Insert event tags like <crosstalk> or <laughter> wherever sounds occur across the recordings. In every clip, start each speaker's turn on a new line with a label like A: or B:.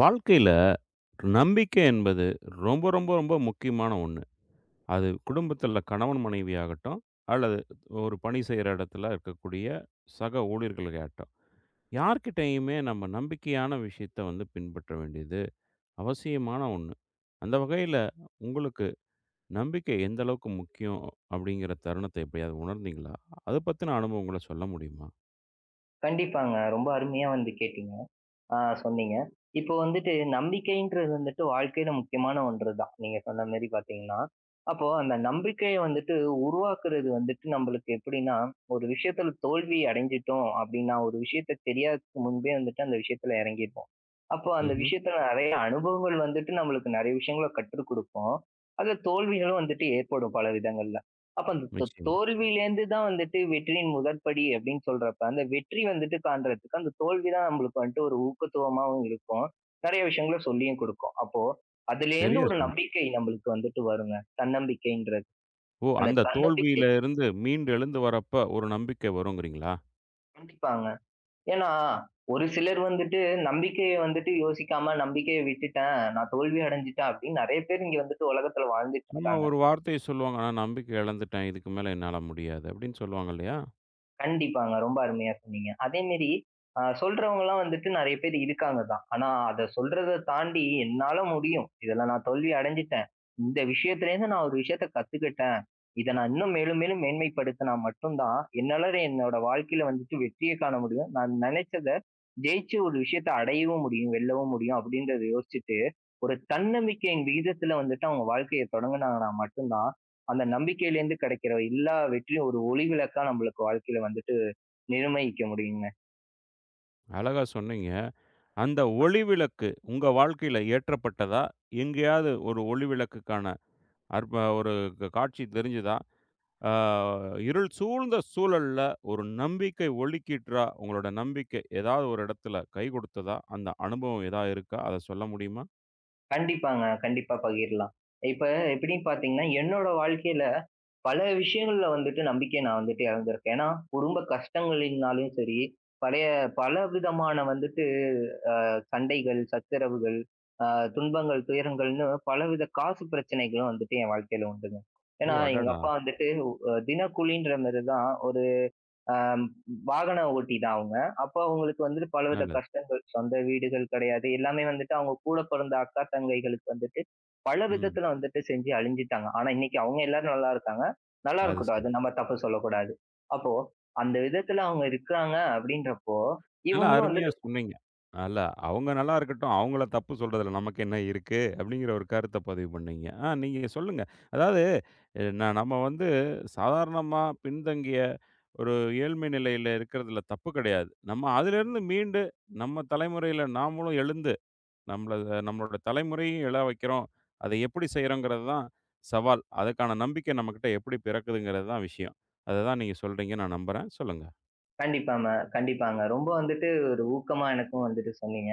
A: வாழ்க்கையில நம்பிக்கை என்பது ரொம்ப ரொம்ப ரொம்ப முக்கியமான ஒண்ணு. அது குடும்பத்துல கணவன் மனைவி ஆகட்டும், அல்லது ஒரு பணி செய்ற இடத்துல இருக்கக்கூடிய சக ஊழியர்களாகட்டும். யார்கிட்டயுமே நம்ம நம்பிக்கையான விஷயத்த வந்து பின்பற்ற வேண்டியது அவசியமான ஒண்ணு. அந்த வகையில உங்களுக்கு நம்பிக்கை எந்த அளவுக்கு முக்கியம் அப்படிங்கிற தருணத்த எப்பயாவது உணர்ந்தீங்களா? அத பத்தின அனுபவங்கள சொல்ல முடியுமா?
B: கண்டிப்பாங்க. ரொம்ப அருமையா வந்து கேட்டீங்க. ஆ சொன்னீங்க. இப்போ வந்துட்டு நம்பிக்கைன்றது வந்துட்டு வாழ்க்கையில முக்கியமான ஒன்று தான். நீங்க சொன்ன மாரி பார்த்தீங்கன்னா, அப்போ அந்த நம்பிக்கைய வந்துட்டு உருவாக்குறது வந்துட்டு நம்மளுக்கு எப்படின்னா, ஒரு விஷயத்துல தோல்வி அடைஞ்சுட்டோம் அப்படின்னா, ஒரு விஷயத்த தெரியாததுக்கு முன்பே வந்துட்டு அந்த விஷயத்துல இறங்கிருவோம். அப்போ அந்த
A: ம்ஹ்ம்.
B: விஷயத்துல நெறைய அனுபவங்கள் வந்துட்டு நம்மளுக்கு நெறைய விஷயங்கள கற்றுக் குடுக்கும். அதுல தோல்விகளும் வந்துட்டு ஏற்படும் பல விதங்கள்ல. அப்ப அந்த
A: நிச்சயமா.
B: தோல்வியிலேருந்து தான் வந்துட்டு வெற்றியின் முதற்படி அப்படின்னு சொல்றப்ப, அந்த வெற்றி வந்துட்டு காண்றதுக்கு அந்த தோல்வி தான் நம்மளுக்கு வந்துட்டு ஒரு ஊக்கத்துவமாவும் இருக்கும். நெறைய விஷயங்கள சொல்லியும் குடுக்கும். அப்போ அதுலேருந்து
A: சரியா
B: ஒரு
A: சொன்னீங்க.
B: நம்பிக்கை நம்மளுக்கு வந்துட்டு வருங்க. தன்னம்பிக்கைன்றது.
A: ஓ!
B: அந்த
A: அந்த
B: தன்னம்பிக்கை
A: தோல்வியில இருந்து மீண்டு எழுந்து வரப்ப ஒரு நம்பிக்கை வருங்கிறீங்களா?
B: கண்டிப்பாங்க. ஏன்னா, ஒரு சிலர் வந்துட்டு நம்பிக்கைய வந்துட்டு யோசிக்காம நம்பிக்கைய விட்டுட்டேன், நான் தோல்வி அடைஞ்சுட்டேன் அப்படின்னு நெறைய பேர் இங்க வந்துட்டு உலகத்துல வாழ்ந்துட்டு
A: நம்ம
B: இருக்காங்க.
A: ஒரு வார்த்தைய சொல்லுவாங்க, "நான் நம்பிக்கை இழந்துட்டேன். இதுக்கு மேல என்னால முடியாது." அப்படின்னு சொல்லுவாங்க இல்லையா?
B: கண்டிப்பாங்க. ரொம்ப அருமையா சொன்னீங்க. அதே மாரி சொல்றவங்கலாம் வந்துட்டு நெறைய பேர் இருக்காங்க தான். ஆனா அத சொல்றத தாண்டி என்னால முடியும். இதுல நான் தோல்வி அடைஞ்சுட்டேன். இந்த விஷயத்துலேருந்து நான் ஒரு விஷயத்த கத்துக்கிட்டேன். இத நான் இன்னும் மேலும் மேலும் மேன்மைப்படுத்தினா மட்டும் தான், என்னால என்னோட வாழ்க்கையில வந்துட்டு வெற்றிய காண முடியும். நான் நெனைச்சத ஜெயிச்சு ஒரு விஷயத்த அடையவும் முடியும், வெல்லவும் முடியும் அப்படின்றத யோசிச்சுட்டு, ஒரு தன்னம்பிக்கையின் விகிதத்துல வந்துட்டு அவங்க வாழ்க்கைய தொடங்குனாங்கன்னா மட்டும் தான், அந்த நம்பிக்கையிலேருந்து கிடைக்கிற எல்லா வெற்றியும் ஒளி விளக்கா நம்மளுக்கு வாழ்க்கையில வந்துட்டு நிர்ணயிக்க முடியுங்க.
A: அழகா சொன்னீங்க. அந்த ஒளி விளக்கு உங்க வாழ்க்கையில ஏற்றப்பட்டதா? எங்கேயாவது ஒரு ஒளி விளக்குக்கான அற்ப ஒரு க காட்சி தெரிஞ்சதா? ஆ, இருள் சூழ்ந்த சூழல்ல ஒரு நம்பிக்கை ஒளிக்கீற்றா உங்களோட நம்பிக்கை ஏதாவது ஒரு இடத்துல கை கொடுத்ததா? அந்த அனுபவம் ஏதா இருக்கா? அத சொல்ல முடியுமா?
B: கண்டிப்பாங்க. கண்டிப்பா பகிரலாம். இப்ப எப்படின்னு பார்த்தீங்கன்னா, என்னோட வாழ்க்கையில பல விஷயங்கள்ல வந்துட்டு நம்பிக்கைய நான் வந்துட்டு இழந்திருக்கேன். ஏன்னா, குடும்ப கஷ்டங்களினாலும் சரி, பழைய பல விதமான வந்துட்டு சண்டைகள், சச்சரவுகள், அ துன்பங்கள், துயரங்கள்னு பலவித காசு பிரச்சனைகளும் வந்துட்டு என் வாழ்க்கையில உண்டுங்க.
A: ஓ!
B: ஏன்னா, எங்க
A: அடடா!
B: அப்பா வந்துட்டு தினக்கூலின்ற மாரி தான் ஒரு ஆம், வாகன ஓட்டி தான் அவங்க. அப்போ அவங்களுக்கு வந்துட்டு பலவித
A: நல்லது.
B: கஷ்டங்கள். சொந்த வீடுகள் கிடையாது. எல்லாமே வந்துட்டு அவங்க கூட பிறந்த அக்கா, தங்கைகளுக்கு வந்துட்டு பல
A: ம்.
B: விதத்துல வந்துட்டு செஞ்சு அழிஞ்சுட்டாங்க. ஆனா இன்னைக்கு அவங்க எல்லாரும் நல்லா இருக்காங்க. நல்லா
A: அது
B: இருக்கட்டும்.
A: சரி.
B: அது நம்ம தப்பு சொல்லக்கூடாது. அப்போ அந்த விதத்துல அவங்க இருக்காங்க அப்படின்றப்போ,
A: நல்லா
B: இவங்களும் வந்து
A: அருமையா சொன்னீங்க. நல்லா அவங்க நல்லா இருக்கட்டும். அவங்கள தப்பு சொல்றதுல நமக்கு என்ன இருக்கு? அப்படிங்கிற ஒரு கருத்த பதிவு பண்ணீங்க. ஆ, நீங்க சொல்லுங்க. அதாவது அ ந நம்ம வந்து சாதாரணமா பின்தங்கிய ஒரு ஏழ்மை நிலையில இருக்கிறதுல தப்பு கிடையாது. நம்ம அதிலிருந்து மீண்டு நம்ம தலைமுறையில நாமளும் எழுந்து நம்மள நம்மளோட தலைமுறையும் எழ வைக்கிறோம். அதை எப்படி செய்றோங்கிறது தான் சவால். அதுக்கான நம்பிக்கை நம்மகிட்ட எப்படி பிறக்குதுங்கிறது தான் விஷயம். அத தான் நீங்க சொல்றீங்கன்னு நான் நம்புறேன். சொல்லுங்க.
B: கண்டிப்பாங்க கண்டிப்பாங்க. ரொம்ப வந்துட்டு ஒரு ஊக்கமா எனக்கும் வந்துட்டு சொன்னீங்க,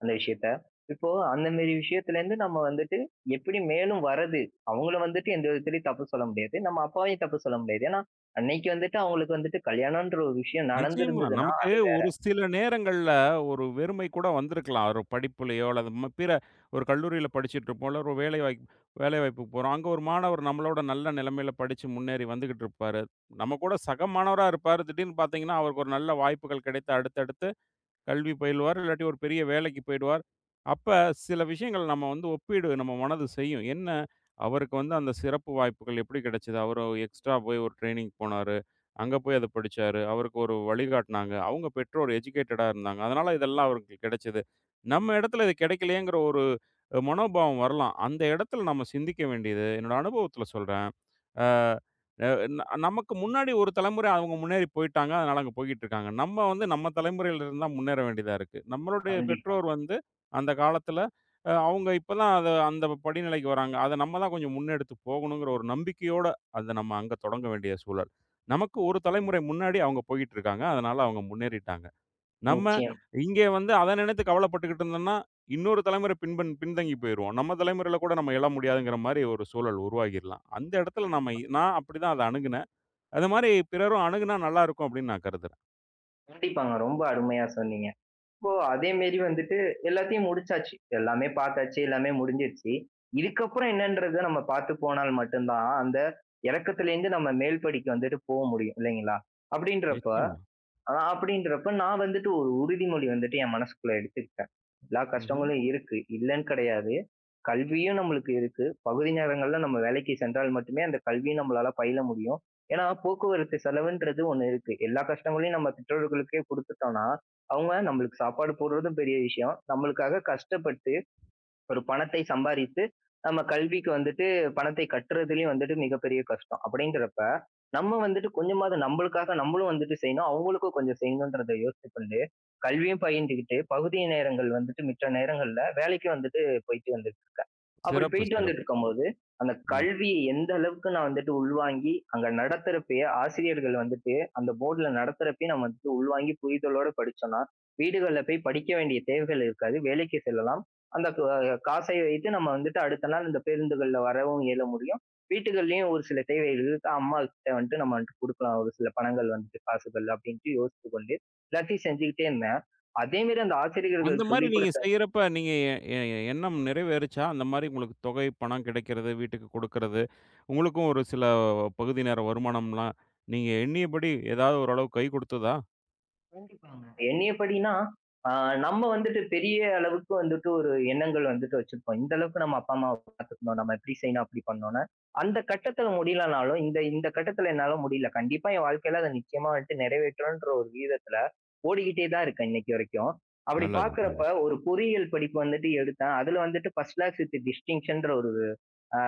B: அந்த விஷயத்த. இப்போ அந்த மாரி விஷயத்துலேருந்து நம்ம வந்துட்டு எப்படி மேலும் வர்றது? அவங்கள வந்துட்டு எந்த விதத்துலயும் தப்பு சொல்ல முடியாது. நம்ம அப்பாவையும் தப்பு சொல்ல முடியாது. ஏன்னா, அன்னைக்கு வந்துட்டு அவங்களுக்கு வந்துட்டு கல்யாணம்ன்ற ஒரு விஷயம்
A: நிச்சயமா.
B: நடந்திருந்ததுன்னா,
A: நமக்கு
B: அது வேற.
A: ஒரு சில நேரங்கள்ல ஒரு வெறுமை கூட வந்திருக்கலாம். ஒரு படிப்புலயோ அல்லது பிற ஒரு கல்லூரியில படிச்சுட்ருப்போம். இல்ல ஒரு வேலை வாய்ப்புக்கு போறோம். அங்க ஒரு மாணவர் நம்மளோட நல்ல நிலைமையில படிச்சு முன்னேறி வந்துகிட்டு இருப்பாரு. நம்ம கூட சக மாணவரா இருப்பாரு. திடீர்னு பார்த்தீங்கன்னா, அவருக்கு ஒரு நல்ல வாய்ப்புகள் கிடைத்து அடுத்தடுத்து கல்வி பயில்வார். இல்லாட்டி ஒரு பெரிய வேலைக்கு போயிடுவார். அப்ப சில விஷயங்கள் நம்ம வந்து ஒப்பீடு நம்ம மனது செய்யும். என்ன அவருக்கு வந்து அந்த சிறப்பு வாய்ப்புகள் எப்படி கிடைச்சது? அவரு எக்ஸ்ட்ரா போய் ஒரு ட்ரெய்னிங் போனாரு. அங்க போய் அத படிச்சாரு. அவருக்கு ஒரு வழிகாட்டுனாங்க. அவங்க பெற்றோர் எஜுகேட்டடா இருந்தாங்க. அதனால இதெல்லாம் அவருக்கு கிடைச்சது. நம்ம இடத்துல இது கிடைக்கலையேங்கிற ஒரு மனோபாவம் வரலாம். அந்த இடத்துல நம்ம சிந்திக்க வேண்டியது என்னோட அனுபவத்தில சொல்றேன். அ அ ந நமக்கு முன்னாடி ஒரு தலைமுறை அவங்க முன்னேறி போயிட்டாங்க. அதனால அங்க போய்க்கிட்டு இருக்காங்க. நம்ம வந்து நம்ம தலைமுறையில இருந்து தான் முன்னேற வேண்டியதா இருக்கு. நம்மளுடைய
B: கண்டிப்பா.
A: பெற்றோர் வந்து அந்த காலத்துல அவங்க இப்ப தான் அத அந்த படிநிலைக்கு வராங்க. அத நம்ம தான் கொஞ்சம் முன்னெடுத்து போகணுங்கிற ஒரு நம்பிக்கையோட அத நம்ம அங்க தொடங்க வேண்டிய சூழல். நமக்கு ஒரு தலைமுறை முன்னாடி அவங்க போய்க்கிட்டு இருக்காங்க. அதனால அவங்க முன்னேறிட்டாங்க. நம்ம
B: நிச்சயம்.
A: இங்கே வந்து அத நினைத்து கவலைப்பட்டுக்கிட்டு இருந்தோம்னா, இன்னொரு தலைமுறை பின்பன் பின்தங்கி போயிருவோம். நம்ம தலைமுறையில கூட நம்ம எழ முடியாதுங்கிற மாரி ஒரு சூழல் உருவாகிரலாம். அந்த இடத்துல நம்ம
B: கண்டிப்பா.
A: நான் அப்படிதான் அத அணுகுனேன். அது மாரி பிறரும் அணுகுனா நல்லா இருக்கும் அப்படின்னு நான் கருதுறேன்.
B: கண்டிப்பாங்க. ரொம்ப அருமையா சொன்னீங்க. இப்போ அதே மாரி வந்துட்டு எல்லாத்தையும் முடிச்சாச்சு. எல்லாமே பார்த்தாச்சு, எல்லாமே முடிஞ்சிருச்சு. இதுக்கப்புறம் என்னன்றத நம்ம பார்த்து போனால் மட்டும் தான், அந்த இறக்கத்திலேருந்து நம்ம மேல் படிக்கு வந்துட்டு போ முடியும் இல்லைங்களா? அப்படின்றப்ப,
A: நிச்சயமா.
B: அப்படின்றப்ப நான் வந்துட்டு ஒரு உறுதிமொழி வந்துட்டு என் மனசுக்குள்ள எடுத்துக்கிட்டேன். எல்லா
A: ம்ஹ்ம்.
B: கஷ்டங்களும் இருக்கு. இல்லன்னு கிடையாது. கல்வியும் நம்மளுக்கு இருக்கு. பகுதி நேரங்கள்ல நம்ம வேலைக்கு சென்றால் மட்டுமே அந்த கல்விய நம்மளால பயில முடியும். ஏன்னா, போக்குவரத்து செலவுன்றது ஒண்ணு இருக்கு. எல்லா கஷ்டங்களையும் நம்ம பெற்றோர்களுக்கே குடுத்துட்டோம்னா, அவங்க நம்மளுக்கு சாப்பாடு போடுறதும் பெரிய விஷயம். நம்மளுக்காக கஷ்டப்பட்டு ஒரு பணத்தை சம்பாரித்து நம்ம கல்விக்கு வந்துட்டு பணத்தை கட்டுறதுலயும் வந்துட்டு மிகப்பெரிய கஷ்டம். அப்படிங்கிறப்ப, நம்ம வந்துட்டு கொஞ்சமாவது நம்பளுக்காக நம்மளும் வந்துட்டு செய்யணும். அவங்களுக்கும் கொஞ்சம் செய்யணும்ன்றத யோசித்துக் கொண்டு, கல்வியும் பயின்றுகிட்டு பகுதி நேரங்கள் வந்துட்டு மிச்ச நேரங்கள்ல வேலைக்கு வந்துட்டு போயிட்டு வந்துட்டு இருக்கேன். அப்படி
A: சிறப்பு,
B: போயிட்டு
A: சிறப்பு.
B: வந்துட்டு இருக்கும்போது, அந்த
A: ம்.
B: கல்விய எந்த அளவுக்கு நான் வந்துட்டு உள்வாங்கி, அங்க நடத்துறப்பயே ஆசிரியர்கள் வந்துட்டு அந்த போர்டுல நடத்துறப்பயே நம்ம வந்துட்டு உள்வாங்கி புரிதலோட படிச்சோம்னா, வீடுகள்ல போய் படிக்க வேண்டிய தேவைகள் இருக்காது. வேலைக்கு செல்லலாம். அந்த காசை வைத்து நம்ம வந்துட்டு அடுத்த நாள் இந்த பேருந்துகள்ல வரவும் இயல முடியும். வீட்டுகள்லயும் ஒரு சில தேவைகளுக்கு அம்மா கிட்ட வந்துட்டு நம்ம வந்துட்டு குடுக்கலாம். ஒரு சில பணங்கள் வந்துட்டு காசுகள் அப்படின்ட்டு யோசித்துக் கொண்டு எல்லாத்தையும் செஞ்சுக்கிட்டே இருந்தேன். அதே மாரி அந்த
A: அந்த
B: ஆசிரியர்கள்
A: மாரி
B: சொல்லிக்
A: நீங்க
B: கொடுத்த
A: செய்யறப்ப நீங்க எ எ எண்ணம் நிறைவேறுச்சா? அந்த மாரி உங்களுக்கு தொகை, பணம் கிடைக்கிறது, வீட்டுக்கு கொடுக்கறது, உங்களுக்கும் ஒரு சில பகுதி நேர வருமானம்லாம் நீங்க எண்ணியபடி ஏதாவது ஓரளவு கை கொடுத்ததா?
B: கண்டிப்பாங்க. என்னைய படின்னா, ஆ நம்ம வந்துட்டு பெரிய அளவுக்கு வந்துட்டு ஒரு எண்ணங்கள் வந்துட்டு வச்சிருப்போம். இந்த அளவுக்கு நம்ம அப்பா, அம்மாவ பார்த்துக்கணும். நம்ம இப்படி செய்யணும், அப்படி பண்ணணும்னு. அந்த கட்டத்துல முடியலனாலும், இந்த இந்த கட்டத்துல என்னால முடியல. கண்டிப்பா என் வாழ்க்கையில அத நிச்சயமா வந்துட்டு நிறைவேற்றணுன்ற ஒரு விகிதத்துல ஓடிக்கிட்டே தான் இருக்கேன் இன்னைக்கு வரைக்கும். அப்படி
A: நல்லது,
B: பார்க்கிறப்ப
A: நல்லது.
B: ஒரு பொறியியல் படிப்பு வந்துட்டு எடுத்தேன். அதுல வந்துட்டு ஃபர்ஸ்ட் கிளாஸ் வித் டிஸ்டிங்ஷன்ற ஒரு ஆ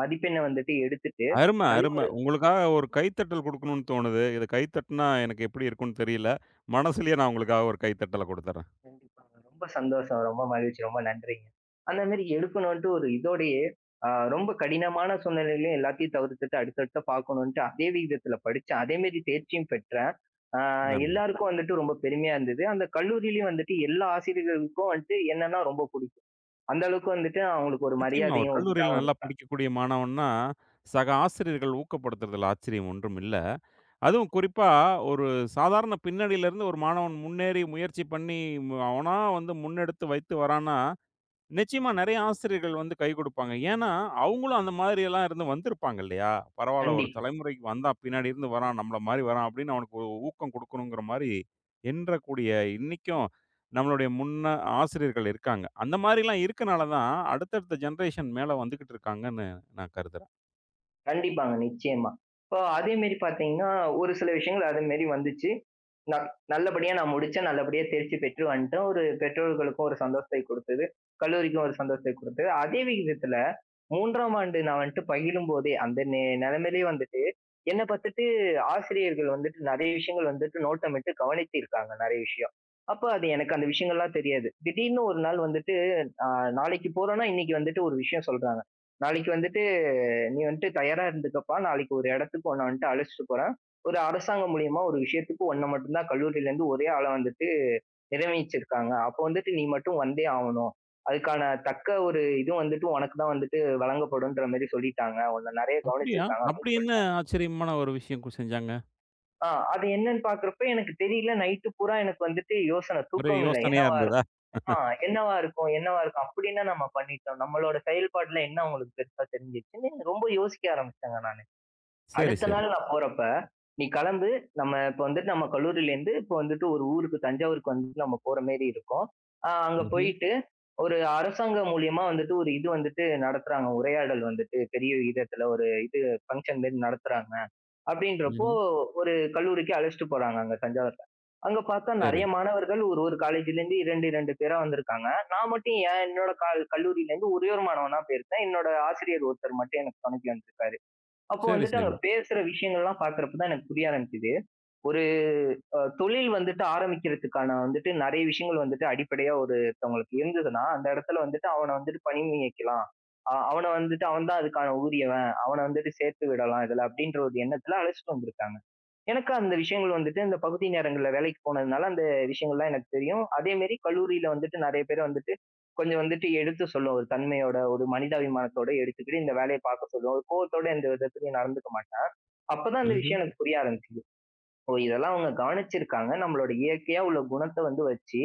B: மதிப்பெண்ண வந்துட்டு எடுத்துட்டு
A: அரும,
B: நல்ல
A: அரும. உங்களுக்காக ஒரு கைத்தட்டல் குடுக்கணும்னு தோணுது. இத கைத்தட்டுனா எனக்கு எப்படி இருக்கும்னு தெரியல. மனசுலயே நான் உங்களுக்காக ஒரு கைத்தட்டல குடுத்துர்றேன்.
B: கண்டிப்பாங்க. ரொம்ப சந்தோஷம். ரொம்ப மகிழ்ச்சி. ரொம்ப நன்றிங்க. அந்த மாரி எடுக்கணுன்ட்டு ஒரு இதோடயே, அ ரொம்ப கடினமான சூழ்நிலையிலயும் எல்லாத்தையும் தவிர்த்துட்டு அடுத்தடுத்து பார்க்கணுன்ட்டு அதே விகிதத்துல படிச்சேன். அதே மாரி தேர்ச்சியும் பெற்றேன். அ
A: நல்லது.
B: எல்லாருக்கும் வந்துட்டு ரொம்ப பெருமையா இருந்தது. அந்த கல்லூரியிலயும் வந்துட்டு எல்லா ஆசிரியர்களுக்கும் வந்துட்டு என்னன்னா ரொம்ப புடிக்கும். அந்த அளவுக்கு வந்துட்டு அவங்களுக்கு ஒரு
A: நிச்சயமா ஒரு
B: மரியாதையும் ஒரு
A: கல்லூரியில
B: இதாவும்
A: நல்லா
B: இருக்கும்.
A: படிக்கக்கூடிய மாணவன்னா, சக ஆசிரியர்கள் ஊக்கப்படுத்துறதுல ஆச்சரியம் ஒன்றும் இல்ல. அதுவும் குறிப்பா ஒரு சாதாரண பின்னணியிலிருந்து ஒரு மாணவன் முன்னேறி முயற்சி பண்ணி, அவனா வந்து முன்னெடுத்து வைத்து வரான்னா நிச்சயமா நெறைய ஆசிரியர்கள் வந்து கை குடுப்பாங்க. ஏன்னா, அவங்களும் அந்த மாதிரியெல்லாம் இருந்து வந்திருப்பாங்க இல்லையா? பரவால்ல ஒரு
B: கண்டிப்பா.
A: தலைமுறைக்கு வந்தான் பின்னாடி இருந்து வரான், நம்மள மாரி வரான் அப்படின்னு அவனுக்கு ஒரு ஊக்கம் குடுக்கணுங்கிற மாரி எண்ணறக்கூடிய இன்னைக்கும் நம்மளுடைய முன்ன ஆசிரியர்கள் இருக்காங்க. அந்த மாரிலாம் இருக்கனால தான் அடுத்தடுத்த ஜெனரேஷன் மேல வந்துகிட்டு இருக்காங்கன்னு நான் கருதுறேன்.
B: கண்டிப்பாங்க. நிச்சயமா. இப்போ அதே மாரி பார்த்தீங்கன்னா, ஒரு சில விஷயங்கள் அது மாரி வந்துச்சு. ந நல்லபடியா நான் முடிச்சேன். நல்லபடியா தேர்ச்சி பெற்று வந்துட்டேன். ஒரு பெற்றோர்களுக்கும் ஒரு சந்தோஷத்தை கொடுத்தது. கல்லூரிக்கும் ஒரு சந்தோஷத்தை கொடுத்தது. அதே விகிதத்துல 3ஆம் ஆண்டு நான் வந்துட்டு பயிலும்போதே, அந்த நிலைமையிலேயே வந்துட்டு, என்ன பார்த்துட்டு ஆசிரியர்கள் வந்துட்டு நெறைய விஷயங்கள் வந்துட்டு நோட்டமிட்டு கவனித்திருக்காங்க நெறைய விஷயம். அப்ப அது எனக்கு அந்த விஷயங்கள்லாம் தெரியாது. திடீர்னு ஒரு நாள் வந்துட்டு, அ நாளைக்கு போறோம்னா, இன்னைக்கு வந்துட்டு ஒரு விஷயம் சொல்றாங்க. நாளைக்கு வந்துட்டு நீ வந்துட்டு தயாரா இருந்துக்கப்பா. நாளைக்கு ஒரு இடத்துக்கு உன்ன வந்துட்டு அழைச்சிட்டு போறேன். ஒரு அரசாங்கம் மூலியமா ஒரு விஷயத்துக்கு உன்ன மட்டும் தான் கல்லூரியிலேருந்து ஒரே ஆளா வந்துட்டு நியமிச்சிருக்காங்க. அப்போ வந்துட்டு நீ மட்டும் வந்தே ஆவணும். அதுக்கான தக்க ஒரு இது வந்துட்டு உனக்கு தான் வந்துட்டு வழங்கப்படும்ன்ற மாரி சொல்லிட்டாங்க. உன்ன நெறைய
A: அப்படியா?
B: கவனிச்சிருக்காங்க
A: அப்படி
B: அப்படின்னு
A: என்ன
B: சொல்லிட்டாங்க.
A: ஆச்சரியமான ஒரு விஷயம் செஞ்சாங்க?
B: ஆ அது என்னன்னு பார்க்குறப்ப எனக்கு தெரியல. நைட்டு பூரா எனக்கு வந்துட்டு யோசனை,
A: ஒரே
B: தூக்கம் இல்ல.
A: யோசனையா
B: என்னவா
A: இருந்ததா?
B: இருக்குமா?
A: <laughs>
B: என்னவா இருக்கும்? என்னவா இருக்கும்? அப்படி என்ன நம்ம பண்ணிட்டோம்? நம்மளோட செயல்பாடுல என்ன அவங்களுக்கு பெருசா தெரிஞ்சுச்சுன்னு ரொம்ப யோசிக்க ஆரம்பிச்சேங்க நானு.
A: சரி,
B: அடுத்த
A: சரி.
B: நாள் நான் போறப்ப, நீ கெளம்பு. நம்ம இப்ப வந்துட்டு நம்ம கல்லூரியிலேருந்து இப்ப வந்துட்டு ஒரு ஊருக்கு தஞ்சாவூருக்கு வந்துட்டு நம்ம போற மாரி இருக்கும். அங்க
A: ம்ஹ்ம்,
B: போயிட்டு ஒரு அரசாங்கம் மூலியமா வந்துட்டு ஒரு இது வந்துட்டு நடத்துறாங்க. உரையாடல் வந்துட்டு பெரிய விதத்துல ஒரு இது ஃபங்ஷன் மாரி நடத்துறாங்க. அப்படின்றப்போ
A: ம்ஹ்ம்.
B: ஒரு கல்லூரிக்கு அழைச்சுட்டு போறாங்க அங்க தஞ்சாவூர்ல. அங்க பார்த்தா
A: சரி,
B: நெறைய மாணவர்கள் ஒரு ஒரு காலேஜ்லேருந்து 2, 2 பேரா வந்திருக்காங்க. நான் மட்டும் ஏன் என்னோட கல்லூரியிலேருந்து ஒரே ஒரு மாணவனா போயிருக்கேன். என்னோட ஆசிரியர் ஒருத்தர் மட்டும் எனக்கு துணைக்கு வந்திருக்காரு. அப்போ
A: சரி,
B: வந்துட்டு அங்க
A: சரி.
B: பேசுற விஷயங்கள்லாம் பார்க்கிறப்ப தான் எனக்கு புரிய ஆரம்பிச்சது. ஒரு தொழில் வந்துட்டு ஆரம்பிக்கிறதுக்கான வந்துட்டு நெறைய விஷயங்கள் வந்துட்டு அடிப்படையா ஒருத்தவங்களுக்கு இருந்ததுன்னா, அந்த இடத்துல வந்துட்டு அவன வந்துட்டு பணி நியமிக்கலாம். அவன வந்துட்டு அவன் தான் அதுக்கான ஊதியவன். அவன வந்துட்டு சேர்த்து விடலாம் இதுல அப்படின்ற ஒரு எண்ணத்துல அழைச்சிட்டு வந்திருக்காங்க. எனக்கு அந்த விஷயங்கள் வந்துட்டு இந்த பகுதி நேரங்கள்ல வேலைக்கு போனதுனால அந்த விஷயங்கள்லாம் எனக்கு தெரியும். அதேமாரி கல்லூரியில வந்துட்டு நெறைய பேர் வந்துட்டு கொஞ்சம் வந்துட்டு எடுத்து சொல்லும். ஒரு தன்மையோட, ஒரு மனிதாபிமானத்தோட எடுத்துக்கிட்டு இந்த வேலைய பார்க்க கோவத்தோட எந்த விதத்துலயும் நடந்துக்க மாட்டாங்க. அப்பதான் அந்த
A: ம்ஹ்ம்.
B: விஷயம் எனக்கு புரிய ஆரம்பிச்சுது. ஓ! இதெல்லாம் அவங்க கவனிச்சிருக்காங்க. நம்மளோட இயற்கையா உள்ள குணத்த வந்து வச்சு,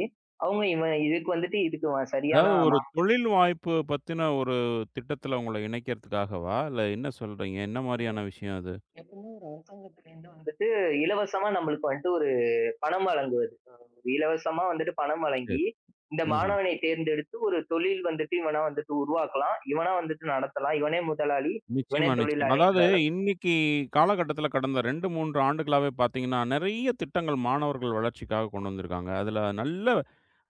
B: அவங்க இவன் இதுக்கு வந்துட்டு இதுக்கு இவன் சரியான
A: அதாவது ஒரு தொழில் வாய்ப்பு பத்தின ஒரு திட்டத்துல உங்கள இணைக்கிறதுக்காகவா? இல்ல என்ன சொல்றீங்க? என்ன
B: ஆமா.
A: மாரியான விஷயம் அது?
B: எப்பவுமே ஒரு அரசாங்கத்திலேருந்து வந்து வந்துட்டு இலவசமா நம்மளுக்கு வந்துட்டு ஒரு பணம் வழங்குவது. ஒரு இலவசமா வந்துட்டு பணம்
A: சரி.
B: வழங்கி, இந்த
A: ம்ஹ்ம்.
B: மாணவனை தேர்ந்தெடுத்து ஒரு தொழில் வந்துட்டு இவனா வந்துட்டு உருவாக்கலாம். இவனா வந்துட்டு நடத்தலாம். இவனே முதலாளி, இவனே
A: நிச்சயமா, நிச்சயமா.
B: தொழிலாளின்ற
A: அதாவது
B: அளவு
A: இன்னைக்கு காலகட்டத்துல கடந்த 2, 3 ஆண்டுகளாவே பார்த்தீங்கன்னா, நெறைய திட்டங்கள் மாணவர்கள் வளர்ச்சிக்காக கொண்டு வந்திருக்காங்க. அதுல நல்ல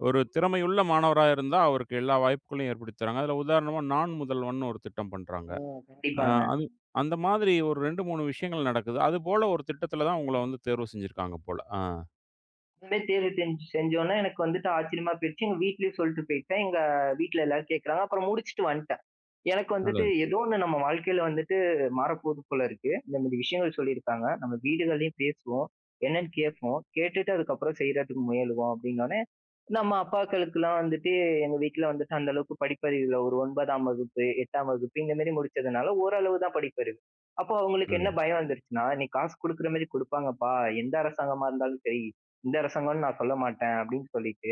A: ஒரு திறமையுள்ள மாணவரா இருந்தா, அவருக்கு எல்லா வாய்ப்புகளையும் ஏற்படுத்தி தராங்க. அதுல உதாரணமா நான் முதல்வன்னு ஒரு திட்டம் பண்றாங்க.
B: ம்.
A: அ
B: கண்டிப்பாங்க.
A: அது அந்த மாதிரி ஒரு 2, 3 விஷயங்கள் நடக்குது. அதுபோல ஒரு திட்டத்துல தான் உங்கள வந்து தேர்வு செஞ்சிருக்காங்க போல. ஆ,
B: இந்த மாரி தேர்வு செஞ்சோனே, எனக்கு வந்துட்டு ஆச்சரியமா போயிருச்சு. எங்க வீட்லயும் சொல்ட்டு போயிட்டேன். எங்க வீட்ல எல்லாரும் கேட்கறாங்க. அப்புறம் முடிச்சுட்டு வந்துட்டேன். எனக்கு வந்துட்டு
A: நல்லது,
B: ஏதோ ஒண்ணு நம்ம வாழ்க்கையில வந்துட்டு மாறப்போகுது போல இருக்கு. இந்த மாரி விஷயங்கள் சொல்லியிருக்காங்க. நம்ம வீடுகள்லயும் பேசுவோம். என்னன்னு கேட்போம். கேட்டுட்டு அதுக்கப்புறம் செய்றதுக்கு முயலுவோம். அப்படின்னோனே நம்ம அப்பாக்களுக்குலாம் வந்துட்டு, எங்க வீட்ல வந்துட்டு அந்த அளவுக்கு படிப்பறிவில்ல. ஒரு 9ஆம் வகுப்பு, 8ஆம் வகுப்பு இந்த மாரி முடிச்சதுனால ஓரளவு தான் படிப்பறிவு. அப்போ அவங்களுக்கு என்ன
A: நல்லது.
B: பயம் வந்துருச்சுன்னா, "நீ காசு குடுக்குற மாரி குடுப்பாங்கப்பா. எந்த அரசாங்கமா இருந்தாலும் சரி, இந்த அரசாங்கம்னு நான் சொல்ல மாட்டேன்." அப்படின்னு சொல்லிட்டு,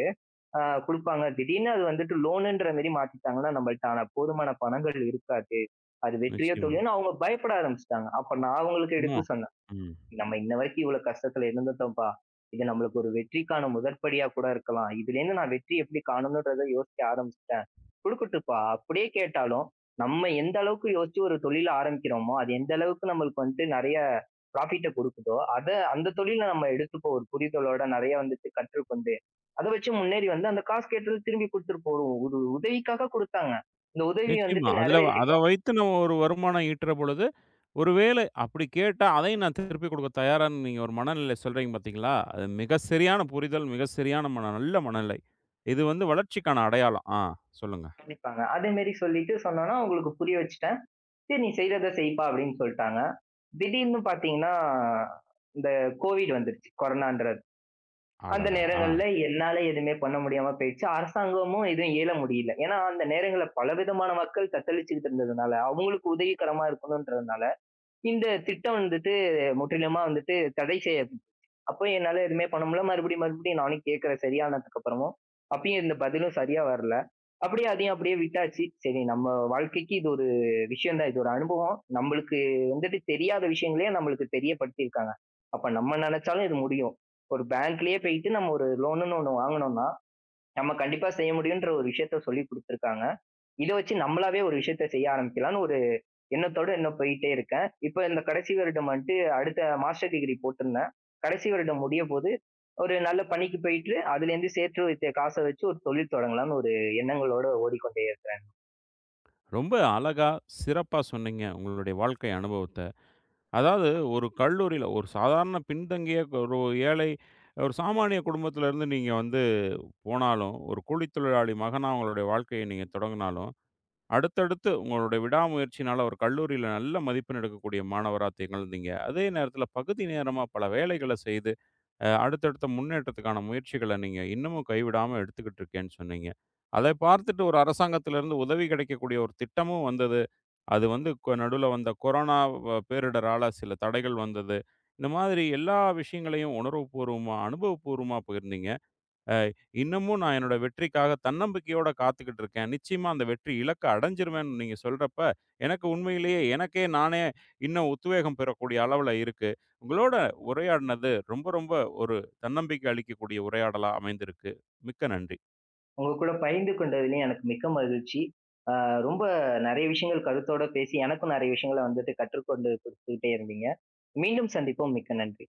B: அ குடுப்பாங்க. திடீர்னு அது வந்துட்டு லோனுன்ற மாரி மாத்திட்டாங்கன்னா, நம்மள்ட்ட ஆன போதுமான பணங்கள் இருக்காது. அது வெற்றியோ,
A: நிச்சயமா.
B: தோல்வியோன்னு அவங்க பயப்பட ஆரம்பிச்சுட்டாங்க. அப்ப நான் அவங்களுக்கு
A: ஆமா.
B: எடுத்து சொன்னேன்.
A: ம்.
B: நம்ம இன்ன வரைக்கும் இவ்வளவு கஷ்டத்துல இருந்துட்டோம்ப்பா. இது நம்மளுக்கு ஒரு வெற்றிக்கான முதற்படியா கூட இருக்கலாம். இதுலேருந்து நான் வெற்றி எப்படி காணணுன்றத யோசிக்க ஆரம்பிச்சுட்டேன். குடுக்கட்டும்ப்பா. அப்படியே கேட்டாலும், நம்ம எந்த அளவுக்கு யோசிச்சு ஒரு தொழில ஆரம்பிக்கிறோமோ, அது எந்த அளவுக்கு நம்மளுக்கு வந்துட்டு நெறைய ப்ராஃபிட்ட குடுக்குதோ, அத அந்த தொழில நம்ம எடுத்துப்போம் ஒரு புரிதலோட நெறைய வந்துட்டு கற்றுக்கொண்டு. அத வச்சு முன்னேறி வந்து அந்த காசு கேட்டது திரும்பி குடுத்துட்டு போறோம். உதவிக்காக குடுத்தாங்க. இந்த உதவி
A: நிச்சயமா.
B: வந்துட்டு
A: அதுல அத
B: நிறைவேறிடும்.
A: வைத்து நம்ம ஒரு வருமானம் ஈட்டுற பொழுது, ஒரு வேளை அப்படி கேட்டா, அதையும் நான் திருப்பி குடுக்க தயாரான்னு நீங்க ஒரு மனநிலை சொல்றீங்க பார்த்தீங்களா? அது மிக சரியான புரிதல், மிக சரியான மன நல்ல மனநிலை. இது வந்து வளர்ச்சிக்கான அடையாளம். ஆ, சொல்லுங்க.
B: கண்டிப்பாங்க. அதே மாரி சொல்லிட்டு சொன்னோன்னா, அவங்களுக்கு புரிய வச்சுட்டேன். "சரி நீ செய்றத செய்ப்பா" அப்படின்னு சொல்ட்டாங்க. திடீர்னு பார்த்தீங்கன்னா, இந்த கோவிட் வந்துருச்சு. கொரோனான்றது. அந்த
A: அடடா! ஆ.
B: நேரங்கள்ல என்னால எதுவுமே பண்ண முடியாம போயிருச்சு. அரசாங்கமும் எதுவும் இயல முடியல. ஏன்னா, அந்த நேரங்கள்ல பலவிதமான மக்கள் தத்தளிச்சுக்கிட்டு இருந்ததுனால, அவங்களுக்கு உதவிகரமா இருக்கணுன்றதுனால, இந்த திட்டம் வந்துட்டு முற்றிலுமா வந்துட்டு தடை செய்ய அப்போ என்னால எதுவுமே பண்ண முடியல. மறுபடியும், மறுபடியும் நானும் கேட்கிறேன் சரியானதுக்கு அப்புறமும். அப்பயும் எந்த பதிலும் சரியா வரல. அப்படியே அதையும் அப்படியே விட்டாச்சு. சரி நம்ம வாழ்க்கைக்கு இது ஒரு விஷயம் தான். இது ஒரு அனுபவம். நம்மளுக்கு வந்துட்டு தெரியாத விஷயங்களையும் நம்மளுக்கு தெரியப்படுத்தியிருக்காங்க. அப்ப நம்ம நினைச்சாலும் இது முடியும். ஒரு பேங்க்லயே போயிட்டு நம்ம ஒரு லோனுன்னு ஒண்ணு வாங்கனோம்னா, நம்ம கண்டிப்பா செய்ய முடியுன்ற ஒரு விஷயத்த சொல்லிக் குடுத்துருக்காங்க. இத வச்சு நம்மளாவே ஒரு விஷயத்த செய்ய ஆரம்பிக்கலாம்ன்னு ஒரு எண்ணத்தோட இன்னும் போயிட்டே இருக்கேன். இப்ப இந்த கடைசி வருடம் வந்துட்டு அடுத்த மாஸ்டர் டிகிரி போட்டிருந்தேன். கடைசி வருடம் முடியப்போது, ஒரு நல்ல பணிக்கு போயிட்டு அதுலேருந்து சேர்த்து வைத்த காச வச்சு ஒரு தொழில் தொடங்கலாம்ன்னு ஒரு எண்ணங்களோட ஓடிக்கொண்டே இருக்கிறேன்.
A: ரொம்ப அழகா, சிறப்பா சொன்னீங்க உங்களுடைய வாழ்க்கை அனுபவத்த. அதாவது ஒரு கல்லூரியில ஒரு சாதாரண பின்தங்கிய ஒரு ஏழை, ஒரு சாமானிய குடும்பத்திலருந்து நீங்க வந்து போனாலும், ஒரு கூலித்தொழிலாளி மகனா உங்களுடைய வாழ்க்கைய நீங்க தொடங்குனாலும் அடுத்தடுத்து உங்களுடைய விடாமுயற்சியினால ஒரு கல்லூரியில நல்ல திகழ்ந்தீங்க. எடுக்கக்கூடிய மாணவரா திகழ்ந்தீங்க. அதே நேரத்துல பகுதி நேரமா பல வேலைகள செய்து, அடுத்தடுத்த முன்னேற்றத்துக்கான முயற்சிகள நீங்க இன்னமும் கைவிடாம எடுத்துக்கிட்டு இருக்கேன்னு சொன்னீங்க. அதை பார்த்துட்டு ஒரு அரசாங்கத்திலிருந்து உதவி கிடைக்கக்கூடிய ஒரு திட்டமும் வந்தது. அது வந்து நடுவுல வந்த கொரோனா பேரிடரால சில தடைகள் வந்தது. இந்த மாதிரி எல்லா விஷயங்களையும் உணர்வுபூர்வமா, அனுபவபூர்வமா பகிர்ந்தீங்க. இன்னமும் நான் என்னோட வெற்றிக்காக தன்னம்பிக்கையோட காத்துக்கிட்டு இருக்கேன். நிச்சயமா அந்த வெற்றி இலக்க அடைஞ்சிருவேன்னு நீங்க சொல்றப்ப, எனக்கு உண்மையிலேயே எனக்கே நானே இன்னும் உத்வேகம் பெறக்கூடிய அளவுல இருக்கு. உங்களோட உரையாடினது ரொம்ப ரொம்ப ஒரு தன்னம்பிக்கை அளிக்கக்கூடிய உரையாடலா அமைந்திருக்கு. மிக்க நன்றி.
B: உங்க கூட பகிர்ந்து கொண்டதிலும் எனக்கு மிக்க மகிழ்ச்சி. அ ரொம்ப நெறைய விஷயங்கள் கருத்தோட பேசி எனக்கும் நெறைய விஷயங்கள வந்துட்டு கற்றுக்கொண்டு குடுத்துக்கிட்டே இருந்தீங்க. மீண்டும் சந்திப்போம். மிக்க நன்றி.